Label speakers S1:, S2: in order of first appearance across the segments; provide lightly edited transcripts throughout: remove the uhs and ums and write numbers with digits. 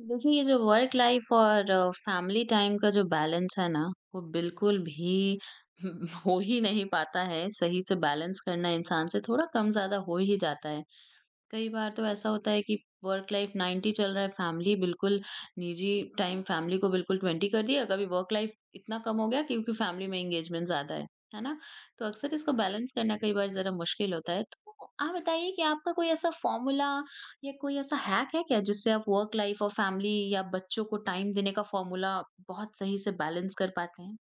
S1: देखिए, ये जो वर्क लाइफ़ और फैमिली टाइम का जो बैलेंस है ना, वो बिल्कुल भी हो ही नहीं पाता है। सही से बैलेंस करना इंसान से थोड़ा कम-ज़्यादा हो ही जाता है। कई बार तो ऐसा होता है कि वर्क लाइफ 90 चल रहा है, फैमिली बिल्कुल निजी टाइम फैमिली को बिल्कुल 20 कर दिया, कभी वर्क लाइफ इतना कम हो गया क्योंकि फैमिली में एंगेजमेंट ज़्यादा है ना? तो अक्सर इसको बैलेंस करना कई बार ज़रा मुश्किल होता है। तो आप बताइए कि आपका कोई ऐसा फॉर्मूला या कोई ऐसा हैक है क्या जिससे आप वर्क लाइफ और फैमिली या बच्चों को टाइम देने का फॉर्मूला बहुत सही से बैलेंस कर पाते हैं?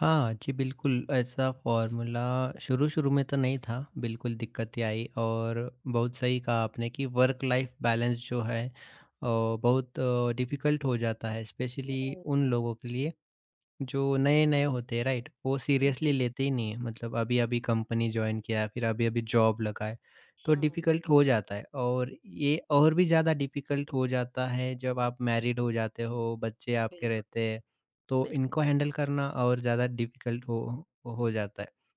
S2: हाँ, जी, बिल्कुल, ऐसा फ़ॉर्मूला शुरू-शुरू में तो नहीं था, बिल्कुल दिक्कतें आई। और बहुत सही कहा आपने कि वर्क लाइफ़ बैलेंस जो है अ, बहुत डिफ़िकल्ट हो जाता है, स्पेशली
S1: राइट।
S2: उन लोगों के लिए जो नए-नए होते हैं, राइट, वो सीरियसली
S1: जी।
S2: लेते ही नहीं है। मतलब अभी-अभी कंपनी जॉइन किया है, फिर अभी-अभी जॉब लगा है, तो
S1: हाँ,
S2: डिफ़िकल्ट हो जाता है। और ये और भी ज़्यादा डिफ़िकल्ट हो जाता है जब आप मैरिड हो जाते हो, बच्चे आपके
S1: बिल्कुल,
S2: रहते हैं, तो
S1: बिल्कुल।
S2: इनको हैंडल करना और ज़्यादा डिफ़िकल्ट हो जाता है।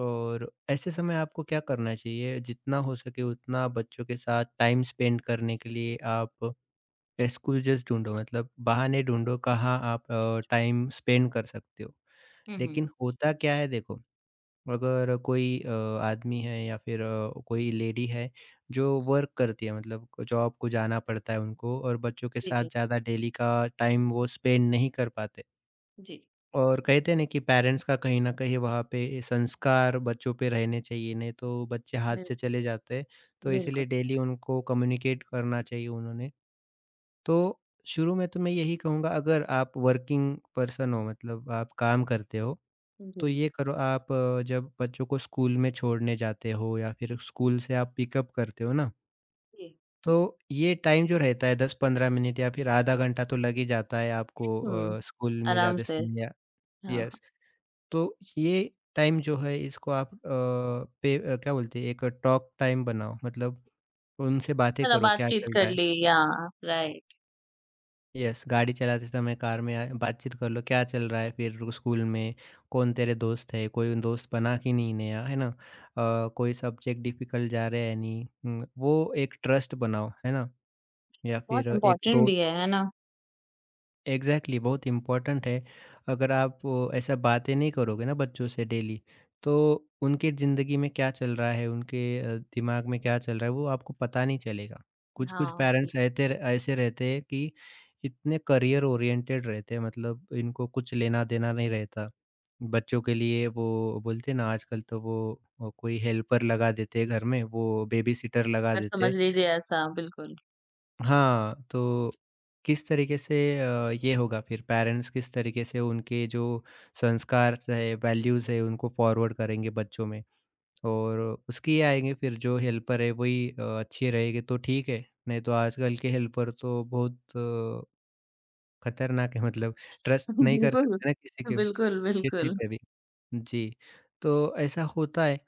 S2: और ऐसे समय आपको क्या करना चाहिए? जितना हो सके उतना बच्चों के साथ टाइम स्पेंड करने के लिए आप एक्सक्यूज़ेस ढूँढो, मतलब बहाने ढूँढो कहाँ आप टाइम स्पेंड कर सकते हो।
S1: हुँ, हुँ।
S2: लेकिन होता क्या है देखो, अगर कोई आदमी है या फिर कोई लेडी है जो वर्क करती है, मतलब जॉब को जाना पड़ता है उनको, और बच्चों के
S1: जी,
S2: साथ
S1: जी।
S2: ज़्यादा डेली का टाइम वो स्पेंड नहीं कर पाते।
S1: जी।
S2: और कहते हैं ना कि पेरेंट्स का कहीं न कहीं वहाँ पे संस्कार बच्चों पे रहने चाहिए, नहीं तो बच्चे हाथ
S1: बिल
S2: से चले जाते हैं। तो
S1: बिल्कुल।
S2: इसीलिए डेली उनको कम्युनिकेट करना चाहिए उन्होंने। तो शुरू में तो मैं यही कहूँगा, अगर आप वर्किंग पर्सन हो मतलब आप काम करते हो, तो
S1: जी,
S2: ये करो आप, जब बच्चों को स्कूल में छोड़ने जाते हो या फिर स्कूल से आप पिकअप करते हो ना,
S1: जी।
S2: तो ये टाइम जो रहता है 10-15 मिनट या फिर आधा घंटा तो लग ही जाता है आपको,
S1: हुँ,
S2: स्कूल में
S1: आराम
S2: जाते
S1: से,
S2: समय या,
S1: हाँ,
S2: यस, तो ये टाइम जो है इसको आप पे क्या बोलते हैं, एक टॉक टाइम बनाओ, मतलब उनसे बातें
S1: ज़रा
S2: करो क्या
S1: बातचीत
S2: चल
S1: कर
S2: रहा है।
S1: ली या राइट,
S2: यस, गाड़ी चलाते समय कार में आ बातचीत कर लो, क्या चल रहा है फिर, स्कूल में कौन तेरे दोस्त है, कोई दोस्त बना कि नहीं नया, है ना? कोई सब्जेक्ट डिफ़िकल्ट जा रहा है या नहीं? वो एक ट्रस्ट बनाओ, है ना? या
S1: बहुत
S2: फिर एक
S1: इम्पोर्टेंट भी
S2: दोस्त,
S1: है ना?
S2: एग्ज़ैक्टली बहुत इम्पोर्टेंट है। अगर आप ऐसा बातें नहीं करोगे ना बच्चों से डेली, तो उनकी ज़िंदगी में क्या चल रहा है, उनके दिमाग में क्या चल रहा है, वो आपको पता नहीं चलेगा। कुछ-कुछ
S1: हाँ, बिल्कुल।
S2: पेरेंट्स ऐते ऐसे रहते हैं कि इतने करियर ओरिएंटेड रहते हैं, मतलब इनको कुछ लेना-देना नहीं रहता बच्चों के लिए। वो बोलते हैं ना आजकल तो वो कोई हेल्पर लगा देते हैं घर में, वो बेबी सिटर लगा
S1: घर
S2: देते
S1: समझ
S2: हैं।
S1: लीजिए ऐसा, बिल्कुल।
S2: हाँ, तो किस तरीके से ये होगा, फिर पेरेंट्स किस तरीके से उनके जो संस्कार है, वैल्यूज़ है, उनको फॉरवर्ड करेंगे बच्चों में। और उसकी आएँगे फिर, जो हेल्पर है वही अच्छी रहेगी तो ठीक है, नहीं तो आजकल के हेल्पर तो बहुत खतरनाक है, मतलब ट्रस्ट नहीं कर
S1: बिल्कुल,
S2: सकते ना किसी के,
S1: बिल्कुल,
S2: किसी
S1: बिल्कुल।
S2: पे भी। जी, तो ऐसा होता है।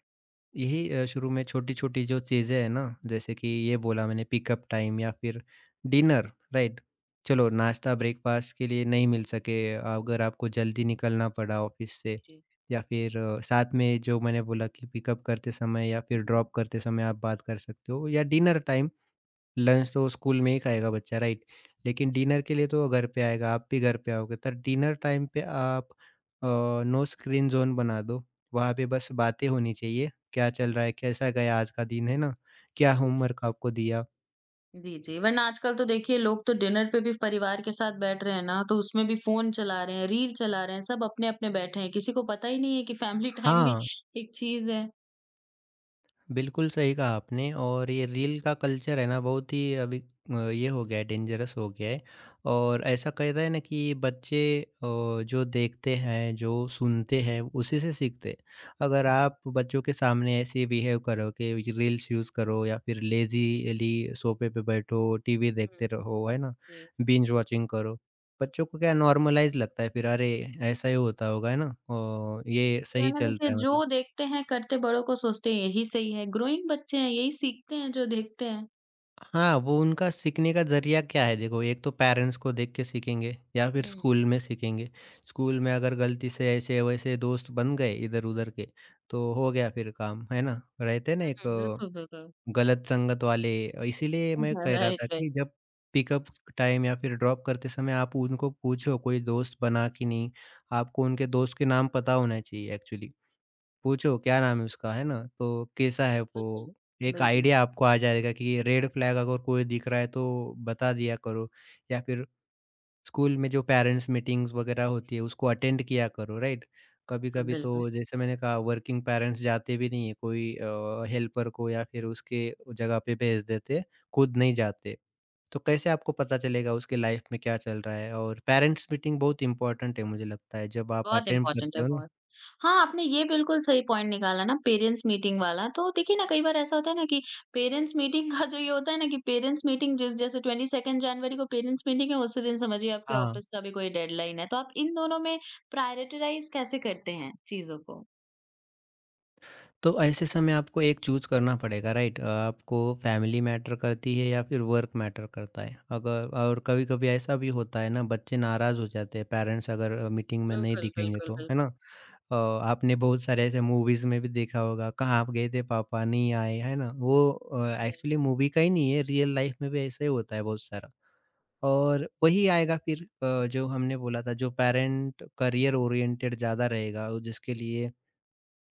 S2: यही शुरू में छोटी-छोटी जो चीज़ें हैं ना, जैसे कि ये बोला मैंने पिकअप टाइम या फिर डिनर, राइट? चलो नाश्ता, ब्रेकफ़ास्ट के लिए नहीं मिल सके अगर आपको, जल्दी निकलना पड़ा ऑफ़िस से,
S1: जी,
S2: या
S1: जी,
S2: फिर साथ में जो मैंने बोला कि पिकअप करते समय या फिर ड्रॉप करते समय आप बात कर सकते हो, या डिनर टाइम। लंच तो स्कूल में ही खाएगा बच्चा, राइट, लेकिन
S1: जी।
S2: डिनर के लिए तो वो घर पे आएगा, आप भी घर पे आओगे। तो डिनर टाइम पे आप अ, नो स्क्रीन ज़ोन बना दो, वहाँ पे बस बातें होनी चाहिए, क्या चल रहा है, कैसा गया आज का दिन, है ना? क्या होमवर्क आपको दिया?
S1: जी, जी, वरना आजकल तो देखिए लोग तो डिनर पे भी परिवार के साथ बैठ रहे हैं ना, तो उसमें भी फ़ोन चला रहे हैं, रील चला रहे हैं, सब अपने-अपने बैठे हैं, किसी को पता ही नहीं है कि फैमिली टाइम भी
S2: हाँ।
S1: एक चीज़ है।
S2: बिल्कुल सही कहा आपने, और ये रील का कल्चर है ना बहुत ही अभी, ये हो गया है, डेंजरस हो गया है। और ऐसा कहता है ना कि बच्चे जो देखते हैं, जो सुनते हैं, उसी से सीखते हैं। अगर आप बच्चों के सामने ऐसे बिहेव करो कि रील्स यूज़ करो, या फिर लेजीली सोफे पे बैठो, टीवी
S1: हुँ,
S2: देखते रहो, है ना,
S1: जी।
S2: बिंज वॉचिंग करो, बच्चों को क्या नॉर्मलाइज लगता है फिर, अरे ऐसा ही होता होगा, है ना, और ये सही
S1: वरना देखिए
S2: चलता है
S1: जो
S2: मतलब।
S1: देखते हैं करते बड़ों को सोचते हैं यही सही है, ग्रोइंग बच्चे हैं यही सीखते हैं जो देखते हैं।
S2: हाँ, वो उनका सीखने का ज़रिया क्या है? देखो, एक तो पेरेंट्स को देख के सीखेंगे या फिर
S1: हुँ,
S2: स्कूल में सीखेंगे। स्कूल में अगर गलती से ऐसे-वैसे दोस्त बन गए इधर-उधर के, तो हो गया फिर काम, है ना? रहते हैं ना एक
S1: हुँ, बिल्कुल, बिल्कुल।
S2: गलत संगत वाले, इसीलिए मैं
S1: हाँ,
S2: कह रहा
S1: राइट,
S2: था
S1: राइट।
S2: कि जब पिकअप टाइम या फिर ड्रॉप करते समय आप उनको पूछो कोई दोस्त बना कि नहीं? आपको उनके दोस्त के नाम पता होना चाहिए, एक्चुअली। पूछो क्या नाम है उसका, है ना? तो कैसा है
S1: हुँ, बिल्कुल,
S2: वो? एक
S1: बिल्कुल,
S2: आइडिया आपको आ जाएगा, कि रेड फ्लैग अगर कोई दिख रहा है तो बता दिया करो। या फिर स्कूल में जो पेरेंट्स मीटिंग्स वगैरह होती है उसको अटेंड किया करो, राइट?
S1: बिल्कुल,
S2: कभी-कभी तो
S1: बिल्कुल।
S2: जैसे मैंने कहा, वर्किंग पेरेंट्स जाते भी नहीं है, कोई हेल्पर को या फिर उसके जगह पे भेज देते हैं, खुद नहीं जाते। तो कैसे आपको पता चलेगा उसके लाइफ में क्या चल रहा है? और पेरेंट्स मीटिंग बहुत इम्पोर्टेंट है, मुझे लगता है जब आप
S1: बहुत
S2: अटेंड
S1: इम्पोर्टेंट है,
S2: करते हो ना।
S1: बहुत। हाँ, आपने ये बिल्कुल सही पॉइंट निकाला ना पेरेंट्स मीटिंग वाला, तो देखिए ना कई बार ऐसा होता है ना कि पेरेंट्स मीटिंग का जो ये होता है ना कि पेरेंट्स मीटिंग जिस जैसे 22 जनवरी को पेरेंट्स मीटिंग है उसी दिन समझिए आपके
S2: हाँ।
S1: ऑफ़िस का भी कोई डेडलाइन है, तो आप इन दोनों में प्रायोरिटाइज़ कैसे करते हैं चीज़ों को?
S2: तो ऐसे समय आपको एक चूज़ करना पड़ेगा, राइट? आपको फैमिली मैटर करती है या फिर वर्क मैटर करता है। अगर, और कभी-कभी ऐसा भी होता है ना, बच्चे नाराज़ हो जाते हैं, पेरेंट्स अगर मीटिंग में नहीं
S1: बिल्कुल,
S2: दिखेंगे
S1: बिल्कुल,
S2: तो, है ना?
S1: बिल्कुल।
S2: आपने बहुत सारे ऐसे मूवीज़ में भी देखा होगा, कहाँ आप गए थे, पापा नहीं आए, है ना? वो
S1: नहीं,
S2: एक्चुअली मूवी का ही नहीं है, रियल लाइफ में भी ऐसा ही होता है बहुत सारा। और वही आएगा फिर, जो हमने बोला था, जो पेरेंट करियर ओरिएंटेड ज़्यादा रहेगा और जिसके लिए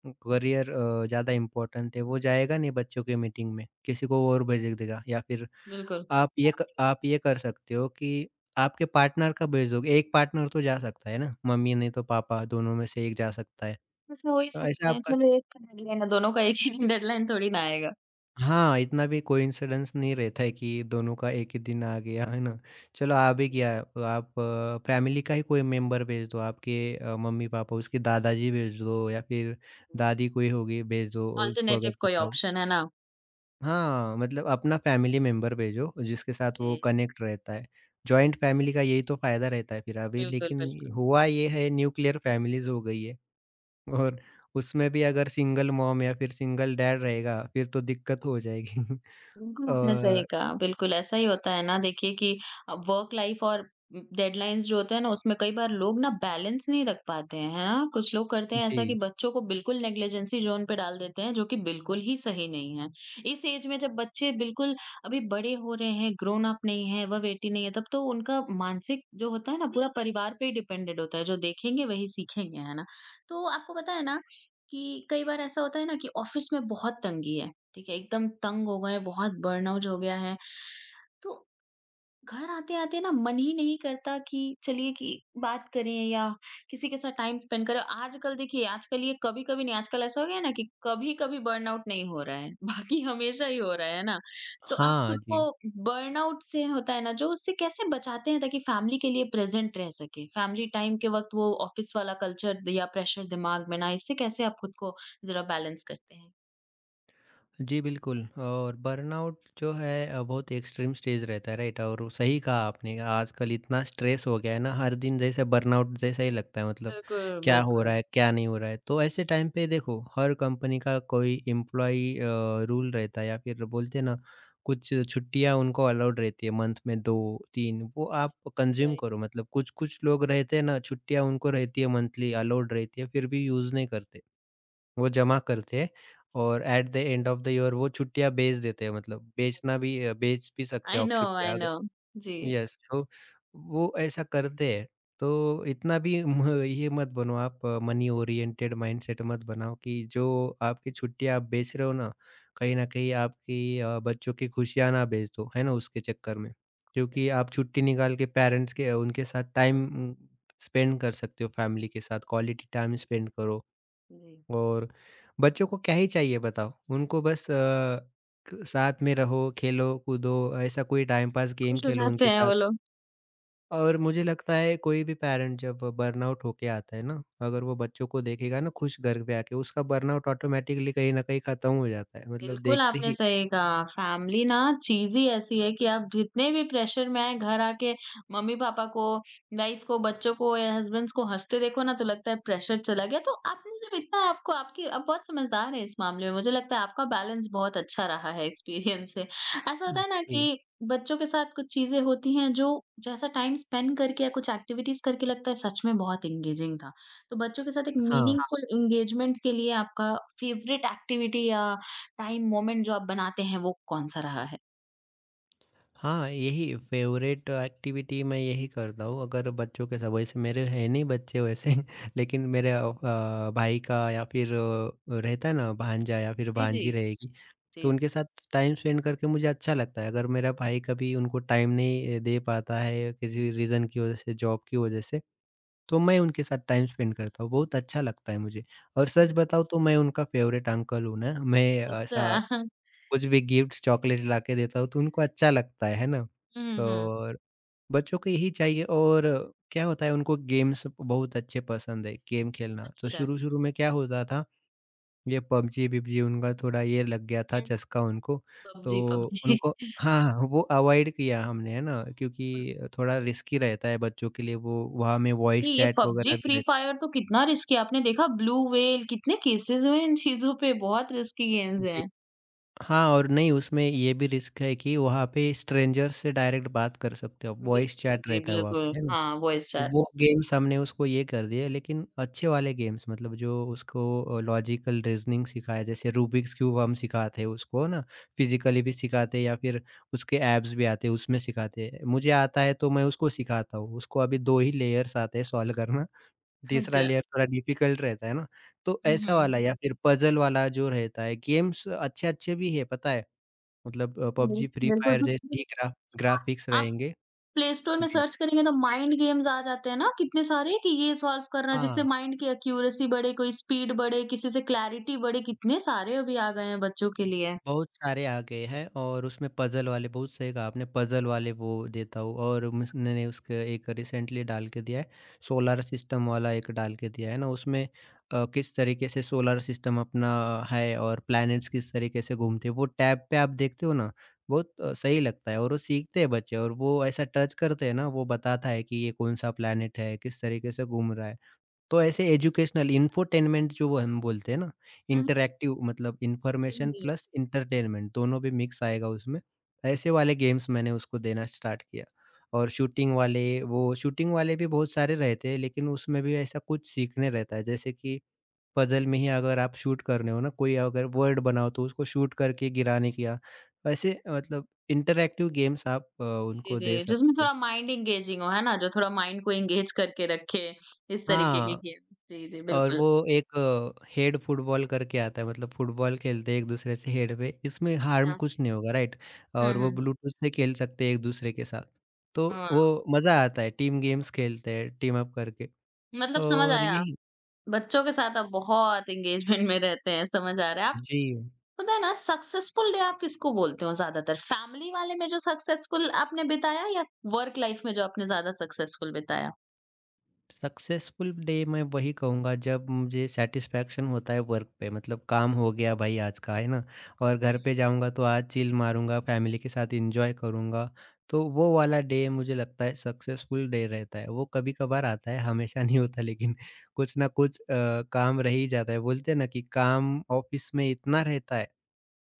S2: करियर ज़्यादा इम्पोर्टेंट है, वो जाएगा नहीं बच्चों की मीटिंग में, किसी को और भेज देगा, या फिर
S1: बिल्कुल।
S2: आप ये कर सकते हो कि आपके पार्टनर का भेज दोगे, एक पार्टनर तो जा सकता है ना, मम्मी नहीं तो पापा, दोनों में से एक जा सकता है।
S1: ऐसा हो ही
S2: तो ऐसा
S1: सकता है,
S2: आप कर।
S1: चलो एक का डेडलाइन है, दोनों का एक ही दिन डेडलाइन थोड़ी ना आएगा।
S2: हाँ, इतना भी कोइंसिडेंस नहीं रहता है कि दोनों का एक ही दिन आ गया, है ना? चलो आ भी
S1: हुँ,
S2: गया, तो आप फैमिली का ही कोई मेंबर भेज दो, आपके मम्मी-पापा, उसके दादाजी भेज दो, या फिर
S1: हुँ।
S2: दादी कोई होगी भेज दो उसको, अगर
S1: अल्टरनेटिव कोई
S2: पता हो।
S1: ऑप्शन है ना?
S2: हाँ, मतलब अपना फैमिली मेंबर भेजो जिसके साथ वो
S1: हुँ।
S2: कनेक्ट रहता है। जॉइंट फैमिली का यही तो फ़ायदा रहता है, फिर अभी
S1: बिल्कुल,
S2: लेकिन
S1: बिल्कुल।
S2: हुआ ये है, न्यूक्लियर फैमिलीज़ हो गई है। और उसमें भी अगर सिंगल मॉम या फिर सिंगल डैड रहेगा, फिर तो दिक्कत हो जाएगी।
S1: बिल्कुल, आपने सही
S2: अ,
S1: कहा। बिल्कुल, ऐसा ही होता है ना देखिए कि वर्क लाइफ और डेडलाइन्स जो होते हैं ना उसमें कई बार लोग ना बैलेंस नहीं रख पाते हैं, है ना? कुछ लोग करते हैं ऐसा कि
S2: जी।
S1: बच्चों को बिल्कुल नेग्लिजेंसी ज़ोन पे डाल देते हैं जो कि बिल्कुल ही सही नहीं है। इस एज में जब बच्चे बिल्कुल अभी बड़े हो रहे हैं, ग्रोन अप नहीं है, वह वेटी नहीं है, तब तो उनका मानसिक जो होता है ना पूरा परिवार पे ही डिपेंडेंट होता है, जो देखेंगे वही सीखेंगे, है ना? तो आपको पता है ना कि कई बार ऐसा होता है ना कि ऑफ़िस में बहुत तंगी है, ठीक है, एकदम तंग हो गए हैं, बहुत बर्नआउट हो गया है। तो घर आते-आते ना मन ही नहीं करता कि चलिए कि बात करें या किसी के साथ टाइम स्पेंड करें। आजकल देखिए, आजकल ये कभी-कभी नहीं, आजकल ऐसा हो गया है ना कि कभी-कभी बर्नआउट नहीं हो रहा है, बाकी हमेशा ही हो रहा है ना? तो आप
S2: हाँ
S1: खुद को
S2: जी।
S1: बर्नआउट से होता है ना जो, उससे कैसे बचाते हैं ताकि फैमिली के लिए प्रेज़ेंट रह सकें? फैमिली टाइम के वक़्त वो ऑफ़िस वाला कल्चर या प्रेशर दिमाग में ना आए, इससे कैसे आप खुद को ज़रा बैलेंस करते हैं?
S2: जी, बिल्कुल। और बर्नआउट जो है बहुत एक्सट्रीम स्टेज रहता है, राइट? और सही कहा आपने, आजकल इतना स्ट्रेस हो गया है ना, हर दिन जैसे बर्नआउट जैसा ही लगता है, मतलब
S1: बिल्कुल,
S2: क्या हो रहा
S1: बिल्कुल।
S2: है, क्या नहीं हो रहा है। तो ऐसे टाइम पे देखो, हर कंपनी का कोई एम्प्लॉयी रूल रहता है, या फिर बोलते हैं ना, कुछ छुट्टियाँ उनको अलाउड रहती है मंथ में 2-3, वो आप कंज़्यूम
S1: राइट।
S2: करो। मतलब कुछ-कुछ लोग रहते हैं ना, छुट्टियाँ उनको रहती है मंथली अलाउड रहती है, फिर भी यूज़ नहीं करते। वो जमा करते हैं, और at the end of the year वो छुट्टियाँ बेच देते हैं, मतलब बेचना भी, बेच भी सकते हो
S1: आई
S2: आप
S1: नो, आई
S2: छुट्टियाँ अगर,
S1: नो। जी।
S2: यस, तो वो ऐसा करते हैं। तो इतना भी म ये मत बनो आप, मनी ओरिएंटेड माइंडसेट मत बनाओ कि जो आपकी छुट्टियाँ आप बेच रहे हो ना, कहीं न कहीं आपकी बच्चों की खुशियाँ ना बेच दो, है ना, उसके चक्कर में। क्योंकि आप छुट्टी निकाल के पेरेंट्स के उनके साथ टाइम स्पेंड कर सकते हो, फैमिली के साथ क्वालिटी टाइम स्पेंड करो।
S1: जी।
S2: और बच्चों को क्या ही चाहिए बताओ? उनको बस क साथ में रहो, खेलो, कूदो, ऐसा कोई टाइम पास गेम
S1: खुश हो
S2: खेलो
S1: जाते
S2: उनके
S1: हैं
S2: साथ।
S1: वो लोग।
S2: और मुझे लगता है कोई भी पैरेंट जब बर्नआउट होके आता है ना, अगर वो बच्चों को देखेगा ना खुश, घर पे आके, उसका बर्नआउट ऑटोमैटिकली कहीं न कहीं खत्म हो जाता है, मतलब
S1: बिल्कुल,
S2: देखते
S1: आपने
S2: ही।
S1: सही कहा। फैमिली ना चीज़ ही ऐसी है कि आप जितने भी प्रेशर में आएँ, घर आके मम्मी-पापा को, वाइफ को, बच्चों को या हस्बैंड्स को हँसते देखो ना, तो लगता है प्रेशर चला गया। तो आपने जब इतना आपको आपकी आप बहुत समझदार हैं इस मामले में। मुझे लगता है आपका बैलेंस बहुत अच्छा रहा है एक्सपीरियंस से। ऐसा होता है ना
S2: जी,
S1: कि बच्चों के साथ कुछ चीज़ें होती हैं जो जैसा टाइम स्पेंड करके या कुछ एक्टिविटीज़ करके लगता है सच में बहुत एंगेजिंग था। तो बच्चों के साथ एक हाँ।
S2: हाँ।
S1: मीनिंगफुल एंगेजमेंट के लिए आपका फ़ेवरेट एक्टिविटी या टाइम मोमेंट जो आप बनाते हैं वो कौन-सा रहा है?
S2: हाँ, यही फ़ेवरेट एक्टिविटी, मैं यही करता हूँ अगर बच्चों के साथ। वैसे मेरे हैं नहीं बच्चे वैसे लेकिन मेरे भाई का, या फिर रहता है ना भांजा या फिर
S1: जी, जी।
S2: भांजी रहेगी,
S1: जी,
S2: तो
S1: जी।
S2: उनके साथ टाइम स्पेंड करके मुझे अच्छा लगता है। अगर मेरा भाई कभी उनको टाइम नहीं दे पाता है किसी रीज़न की वज़ह से, जॉब की वज़ह से, तो मैं उनके साथ टाइम स्पेंड करता हूँ, बहुत अच्छा लगता है मुझे। और सच
S1: हुँ।
S2: बताऊँ तो मैं उनका फ़ेवरेट अंकल हूँ ना, मैं
S1: अच्छा।
S2: ऐसा कुछ भी गिफ्ट, चॉकलेट लाके देता हूँ तो उनको अच्छा लगता है ना?
S1: हुँ, हुँ।
S2: और बच्चों को यही चाहिए। और क्या होता है, उनको गेम्स बहुत अच्छे पसंद है, गेम खेलना। तो
S1: अच्छा।
S2: शुरू-शुरू में क्या होता था, ये पबजी-वबजी उनका थोड़ा ये लग गया था,
S1: हुँ,
S2: चस्का उनको।
S1: पबजी,
S2: तो
S1: पबजी।
S2: उनको हाँ, हाँ, वो अवॉइड किया हमने, है ना? क्योंकि थोड़ा रिस्की रहता है बच्चों के लिए, वो वहाँ में
S1: ये
S2: वॉइस
S1: ये
S2: चैट
S1: पबजी,
S2: वगैरह भी
S1: फ्री
S2: रहती।
S1: फायर तो कितना रिस्की है। आपने देखा ब्लू व्हेल कितने केसेस हुए इन चीज़ों पे, बहुत रिस्की गेम्स
S2: जी।
S1: हैं।
S2: हाँ, और नहीं उसमें ये भी रिस्क है कि वहाँ पे स्ट्रेंजर्स से डायरेक्ट बात कर सकते हो,
S1: बिल
S2: वॉइस
S1: जी,
S2: चैट
S1: जी,
S2: रहता है वहाँ
S1: बिल्कुल।
S2: पे, है ना?
S1: हाँ, वॉइस चैट।
S2: वो गेम्स हमने उसको ये कर दिए, लेकिन अच्छे वाले गेम्स मतलब जो उसको लॉजिकल रीजनिंग सिखाया, जैसे रूबिक्स क्यूब हम सिखाते हैं उसको ना, फिजिकली भी सिखाते हैं या फिर उसके एब्स भी आते हैं, उसमें सिखाते हैं। मुझे आता है तो मैं उसको सिखाता हूँ। उसको अभी दो ही लेयर्स आते हैं सॉल्व करना, तीसरा
S1: अच्छा।
S2: लेयर थोड़ा डिफिकल्ट रहता है ना। तो
S1: हुँ,
S2: ऐसा
S1: हुँ।
S2: वाला या फिर पजल वाला जो रहता है, गेम्स अच्छे अच्छे भी है पता है, मतलब पबजी फ्री
S1: बिल्कुल
S2: फायर
S1: कुछ
S2: जैसे
S1: कुछ-
S2: ही ग्राफिक्स रहेंगे।
S1: प्ले स्टोर में
S2: जी।
S1: सर्च करेंगे तो माइंड गेम्स आ जाते हैं ना कितने सारे कि ये सॉल्व करना जिससे
S2: हाँ,
S1: माइंड की एक्यूरेसी बढ़े, कोई स्पीड बढ़े, किसी से क्लैरिटी बढ़े, कितने सारे अभी आ गए हैं बच्चों के लिए।
S2: बहुत सारे आ गए हैं और उसमें पज़ल वाले, बहुत सही कहा आपने, पज़ल वाले वो देता हूँ। और मैंने उसके एक रिसेंटली डाल के दिया है, सोलर सिस्टम वाला एक डाल के दिया है ना। उसमें किस तरीके से सोलर सिस्टम अपना है और प्लैनेट्स किस तरीके से घूमते हैं, वो टैब पे आप देखते हो ना, बहुत सही लगता है। और वो सीखते हैं बच्चे और वो ऐसा टच करते हैं ना, वो बताता है कि ये कौन-सा प्लैनेट है, किस तरीके से घूम रहा है। तो ऐसे एजुकेशनल इन्फोटेनमेंट जो, वो हम बोलते हैं ना,
S1: हुँ, हुँ।
S2: इंटरैक्टिव मतलब इन्फॉर्मेशन
S1: जी,
S2: प्लस एंटरटेनमेंट दोनों भी मिक्स आएगा उसमें। ऐसे वाले गेम्स मैंने उसको देना स्टार्ट किया। और शूटिंग वाले, वो शूटिंग वाले भी बहुत सारे रहते हैं, लेकिन उसमें भी ऐसा कुछ सीखने रहता है। जैसे कि पज़ल में ही अगर आप शूट कर रहे हो ना, कोई अगर वर्ड बनाओ तो उसको शूट करके गिराने की, या ऐसे मतलब इंटरैक्टिव गेम्स आप
S1: जी,
S2: उनको दे
S1: जी। जिसमें
S2: सकते हो।
S1: थोड़ा माइंड एंगेजिंग हो, है ना? जो थोड़ा माइंड को एंगेज करके रखे, इस तरीके के
S2: हाँ।
S1: गेम्स। जी, जी,
S2: और
S1: बिल्कुल।
S2: वो एक हेड फुटबॉल करके आता है, मतलब फुटबॉल खेलते हैं एक-दूसरे से हेड पे, इसमें हार्म
S1: अच्छा।
S2: कुछ नहीं होगा राइट?
S1: हुँ,
S2: और वो
S1: हुँ।
S2: ब्लूटूथ से खेल सकते हैं एक-दूसरे के साथ। तो
S1: हाँ,
S2: वो मज़ा आता है, टीम गेम्स खेलते हैं, टीम अप करके।
S1: मतलब समझ
S2: और
S1: आया,
S2: यही।
S1: बच्चों के साथ आप बहुत एंगेजमेंट में रहते हैं, समझ आ रहा है।
S2: जी।
S1: पता है ना सक्सेसफुल डे आप किसको बोलते हो ज्यादातर फैमिली वाले में जो सक्सेसफुल आपने बिताया या वर्क लाइफ में जो आपने ज्यादा सक्सेसफुल बिताया।
S2: सक्सेसफुल डे मैं वही कहूँगा जब मुझे सेटिस्फेक्शन होता है वर्क पे, मतलब काम हो गया भाई आज का, है ना? और घर
S1: हम्म।
S2: पे जाऊँगा तो आज चिल मारूंगा, फैमिली के साथ एंजॉय करूँगा। तो वो वाला डे मुझे लगता है सक्सेसफुल डे रहता है। वो कभी कभार आता है, हमेशा नहीं होता, लेकिन कुछ ना कुछ काम रह ही जाता है। बोलते हैं ना कि काम ऑफिस में इतना रहता है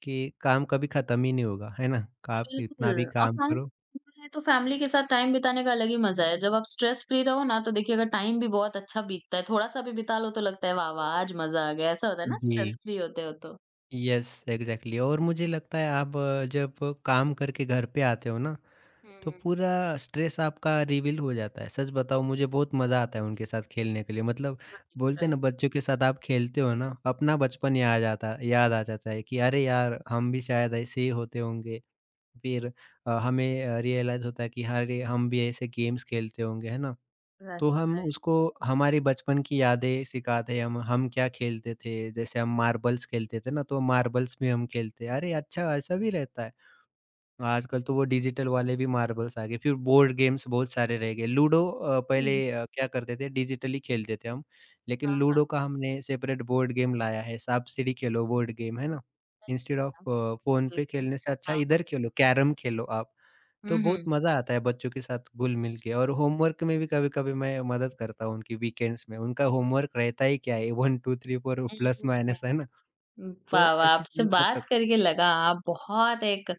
S2: कि काम कभी खत्म ही नहीं होगा, है ना? आप
S1: बिल्कुल।
S2: इतना भी
S1: और
S2: काम करो।
S1: फैमिली तो फैमिली के साथ टाइम बिताने का अलग ही मजा है जब आप स्ट्रेस फ्री रहो ना तो देखिए अगर टाइम भी बहुत अच्छा बीतता है थोड़ा सा भी बिता लो तो लगता है वाह वाह आज मजा आ गया ऐसा होता है ना स्ट्रेस
S2: जी।
S1: फ्री होते हो तो
S2: यस, एग्ज़ैक्टली। और मुझे लगता है आप, जब काम करके घर पे आते हो ना, तो
S1: हम्म।
S2: पूरा स्ट्रेस आपका रिवील हो जाता है। सच बताऊँ, मुझे बहुत मज़ा आता है उनके साथ खेलने के लिए। मतलब
S1: राइट,
S2: बोलते हैं ना,
S1: राइट,
S2: बच्चों के साथ आप खेलते हो ना, अपना बचपन याद जाता, याद आ जाता है कि अरे यार! हम भी शायद ऐसे ही होते होंगे। फिर हमें रियलाइज़ होता है कि अरे! हम भी ऐसे गेम्स खेलते होंगे, है ना? तो
S1: राइट।
S2: हम उसको हमारी बचपन की यादें सिखाते हैं। हम क्या खेलते थे, जैसे हम मार्बल्स खेलते थे ना, तो मार्बल्स भी हम खेलते हैं। अरे अच्छा, ऐसा भी रहता है। आजकल तो वो डिजिटल वाले भी मार्बल्स आ गए, फिर बोर्ड गेम्स बहुत सारे रह गए। लूडो पहले
S1: हम्म,
S2: क्या करते थे, डिजिटली खेलते थे हम, लेकिन
S1: हाँ,
S2: लूडो का हमने सेपरेट बोर्ड गेम लाया है, सांप सीढ़ी खेलो बोर्ड गेम, है ना? इंस्टेड ऑफ
S1: हाँ,
S2: फ़ोन पे
S1: बिल्कुल,
S2: खेलने से अच्छा
S1: हाँ, हाँ,
S2: इधर खेलो, कैरम खेलो आप। तो
S1: हम्म,
S2: बहुत
S1: हम्म,
S2: मज़ा आता है बच्चों के साथ घुल-मिल के। और होमवर्क में भी कभी-कभी मैं मदद करता हूँ उनकी वीकेंड्स में। उनका होमवर्क रहता ही क्या है, 1 2 3 4 प्लस माइनस,
S1: हम्म।
S2: है ना?
S1: वाह,
S2: तो
S1: वाह!
S2: ऐसी
S1: आपसे
S2: चीज़ें कर
S1: बात
S2: सक।
S1: करके लगा आप बहुत एक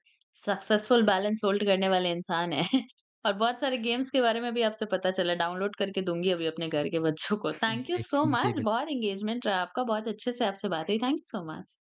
S1: सक्सेसफुल बैलेंस होल्ड करने वाले इंसान हैं। और बहुत सारे गेम्स के बारे में भी आपसे पता चला, डाउनलोड करके दूँगी अभी अपने घर के बच्चों को। थैंक यू
S2: जी,
S1: सो
S2: जी
S1: मच,
S2: बिल्कुल।
S1: बहुत एंगेजमेंट रहा आपका, बहुत अच्छे से आपसे बात हुई। Thank you so much.